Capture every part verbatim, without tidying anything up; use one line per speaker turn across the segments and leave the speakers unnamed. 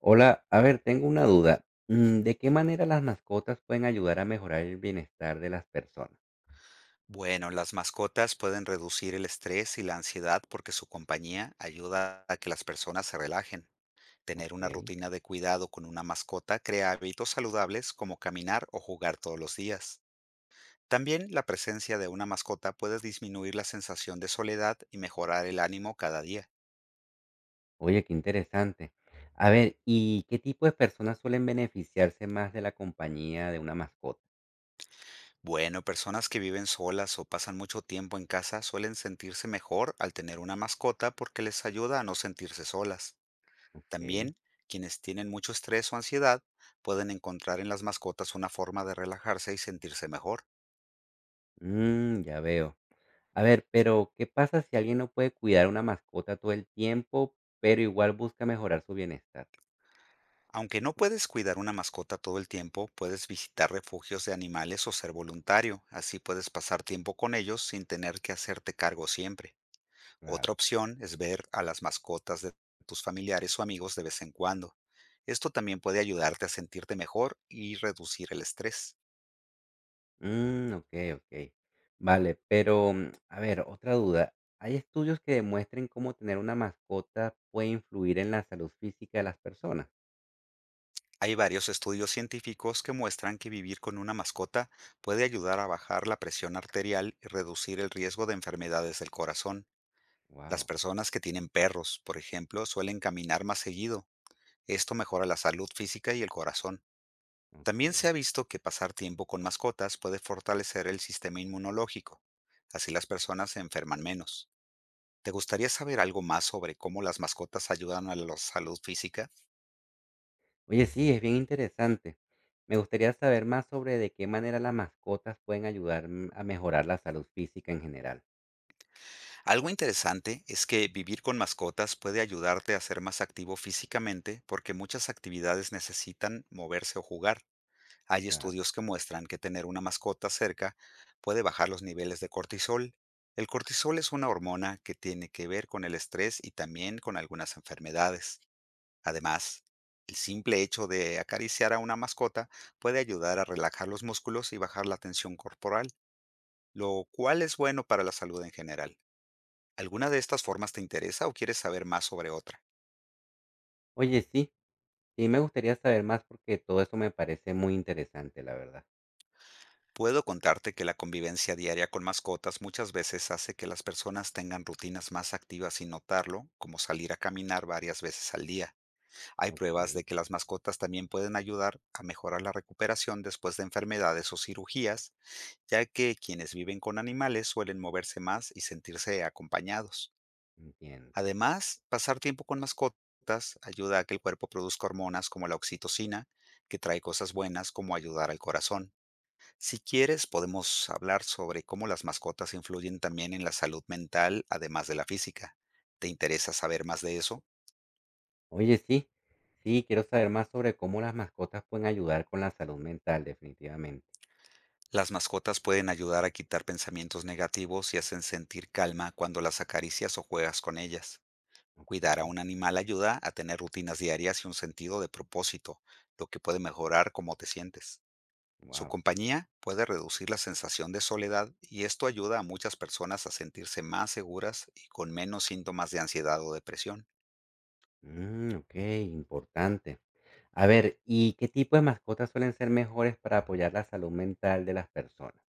Hola, a ver, tengo una duda. Mm, ¿De qué manera las mascotas pueden ayudar a mejorar el bienestar de las personas?
Bueno, las mascotas pueden reducir el estrés y la ansiedad porque su compañía ayuda a que las personas se relajen. Tener una
Ok.
rutina de cuidado con una mascota crea hábitos saludables como caminar o jugar todos los días. También la presencia de una mascota puede disminuir la sensación de soledad y mejorar el ánimo cada día.
Oye, qué interesante. A ver, ¿y qué tipo de personas suelen beneficiarse más de la compañía de una mascota?
Bueno, personas que viven solas o pasan mucho tiempo en casa suelen sentirse mejor al tener una mascota porque les ayuda a no sentirse solas.
Ok.
También, quienes tienen mucho estrés o ansiedad pueden encontrar en las mascotas una forma de relajarse y sentirse mejor.
Mm, ya veo. A ver, pero ¿qué pasa si alguien no puede cuidar una mascota todo el tiempo, pero igual busca mejorar su bienestar?
Aunque no puedes cuidar una mascota todo el tiempo, puedes visitar refugios de animales o ser voluntario. Así puedes pasar tiempo con ellos sin tener que hacerte cargo siempre. Otra
Claro.
opción es ver a las mascotas de tus familiares o amigos de vez en cuando. Esto también puede ayudarte a sentirte mejor y reducir el estrés.
Mm, okey, okey. Vale, pero, mm, a ver, otra duda, ¿hay estudios que demuestren cómo tener una mascota puede influir en la salud física de las personas?
Hay varios estudios científicos que muestran que vivir con una mascota puede ayudar a bajar la presión arterial y reducir el riesgo de enfermedades del corazón. Las
Wow,
personas que tienen perros, por ejemplo, suelen caminar más seguido. Esto mejora la salud física y el corazón. También se
okey.
ha visto que pasar tiempo con mascotas puede fortalecer el sistema inmunológico. Así las personas se enferman menos. ¿Te gustaría saber algo más sobre cómo las mascotas ayudan a la salud física?
Oye, sí, es bien interesante. Me gustaría saber más sobre de qué manera las mascotas pueden ayudar, mm, a mejorar la salud física en general.
Algo interesante es que vivir con mascotas puede ayudarte a ser más activo físicamente porque muchas actividades necesitan moverse o jugar. Hay
Claro.
estudios que muestran que tener una mascota cerca puede bajar los niveles de cortisol. El cortisol es una hormona que tiene que ver con el estrés y también con algunas enfermedades. Además, el simple hecho de acariciar a una mascota puede ayudar a relajar los músculos y bajar la tensión corporal, lo cual es bueno para la salud en general. ¿Alguna de estas formas te interesa o quieres saber más sobre otra?
Oye, sí, sí me gustaría saber más porque todo eso me parece muy interesante, la verdad.
Puedo contarte que la convivencia diaria con mascotas muchas veces hace que las personas tengan rutinas más activas sin notarlo, como salir a caminar varias veces al día. Hay pruebas
Okey,
de que las mascotas también pueden ayudar a mejorar la recuperación después de enfermedades o cirugías, ya que quienes viven con animales suelen moverse más y sentirse acompañados.
entiendo.
Además, pasar tiempo con mascotas ayuda a que el cuerpo produzca hormonas como la oxitocina, que trae cosas buenas como ayudar al corazón. Si quieres, podemos hablar sobre cómo las mascotas influyen también en la salud mental, además de la física. ¿Te interesa saber más de eso?
Oye, sí, sí, quiero saber más sobre cómo las mascotas pueden ayudar con la salud mental, definitivamente.
Las mascotas pueden ayudar a quitar pensamientos negativos y hacen sentir calma cuando las acaricias o juegas con ellas. Cuidar
Ok,
a un animal ayuda a tener rutinas diarias y un sentido de propósito, lo que puede mejorar cómo te sientes. Su
wow.
compañía puede reducir la sensación de soledad y esto ayuda a muchas personas a sentirse más seguras y con menos síntomas de ansiedad o depresión.
Ok, importante. A ver, ¿y qué tipo de mascotas suelen ser mejores para apoyar la salud mental de las personas?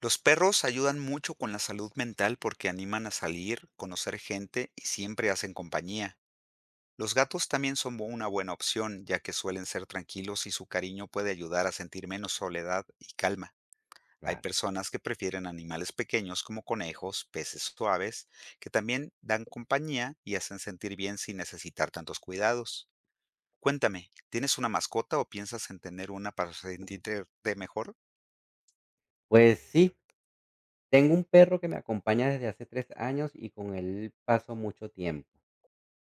Los perros ayudan mucho con la salud mental porque animan a salir, conocer gente y siempre hacen compañía. Los gatos también son bu- una buena opción, ya que suelen ser tranquilos y su cariño puede ayudar a sentir menos soledad y calma. Hay
Claro.
personas que prefieren animales pequeños como conejos, peces o aves, que también dan compañía y hacen sentir bien sin necesitar tantos cuidados. Cuéntame, ¿tienes una mascota o piensas en tener una para sentirte mejor?
Pues sí, tengo un perro que me acompaña desde hace tres años y con él paso mucho tiempo.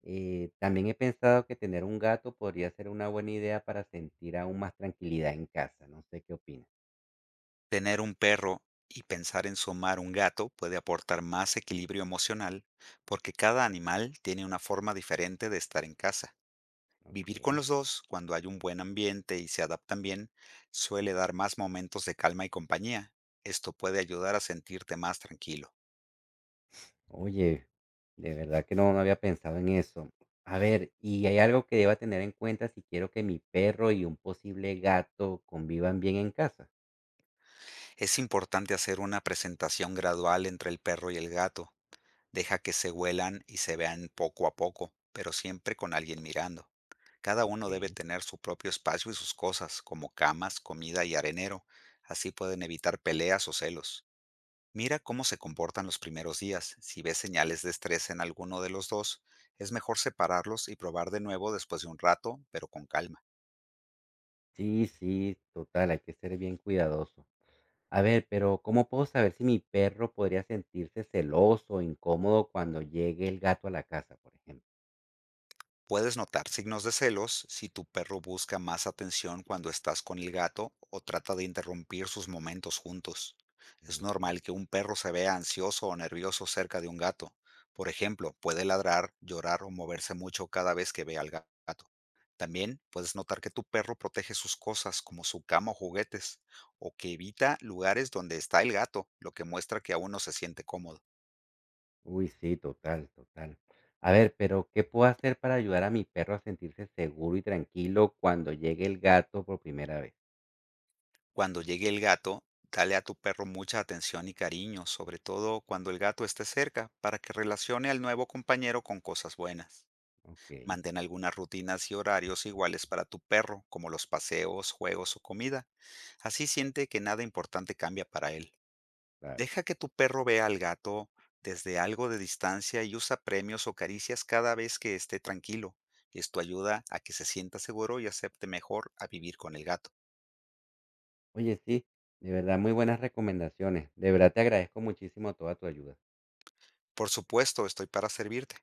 Eh, también he pensado que tener un gato podría ser una buena idea para sentir aún más tranquilidad en casa. No sé qué opinas.
Tener un perro y pensar en sumar un gato puede aportar más equilibrio emocional porque cada animal tiene una forma diferente de estar en casa. Vivir con
Ok.
los dos, cuando hay un buen ambiente y se adaptan bien, suele dar más momentos de calma y compañía. Esto puede ayudar a sentirte más tranquilo.
Oye, de verdad que no, no había pensado en eso. A ver, ¿y hay algo que deba tener en cuenta si quiero que mi perro y un posible gato convivan bien en casa?
Es importante hacer una presentación gradual entre el perro y el gato. Deja que se huelan y se vean poco a poco, pero siempre con alguien mirando. Cada
Ok,
uno debe tener su propio espacio y sus cosas, como camas, comida y arenero. Así pueden evitar peleas o celos. Mira cómo se comportan los primeros días. Si ves señales de estrés en alguno de los dos, es mejor separarlos y probar de nuevo después de un rato, pero con calma.
sí, sí, total, hay que ser bien cuidadoso. A ver, pero ¿cómo puedo saber si mi perro podría sentirse celoso o incómodo cuando llegue el gato a la casa, por ejemplo?
Puedes notar signos de celos si tu perro busca más atención cuando estás con el gato o trata de interrumpir sus momentos juntos. Es normal
Ok.
que un perro se vea ansioso o nervioso cerca de un gato. Por ejemplo, puede ladrar, llorar o moverse mucho cada vez que ve al ga- gato. También puedes notar que tu perro protege sus cosas como su cama o juguetes, o que evita lugares donde está el gato, lo que muestra que aún no se siente cómodo.
Uy, sí, total, total. A ver, pero ¿qué puedo hacer para ayudar a mi perro a sentirse seguro y tranquilo cuando llegue el gato por primera vez?
Cuando llegue el gato, dale a tu perro mucha atención y cariño, sobre todo cuando el gato esté cerca, para que relacione al nuevo compañero con cosas buenas.
Okey,
Mantén algunas rutinas y horarios iguales para tu perro, como los paseos, juegos o comida. Así siente que nada importante cambia para él.
claro.
Deja que tu perro vea al gato desde algo de distancia y usa premios o caricias cada vez que esté tranquilo. Esto ayuda a que se sienta seguro y acepte mejor a vivir con el gato.
Oye, sí, de verdad, muy buenas recomendaciones. De verdad te agradezco muchísimo toda tu ayuda.
Por supuesto, estoy para servirte.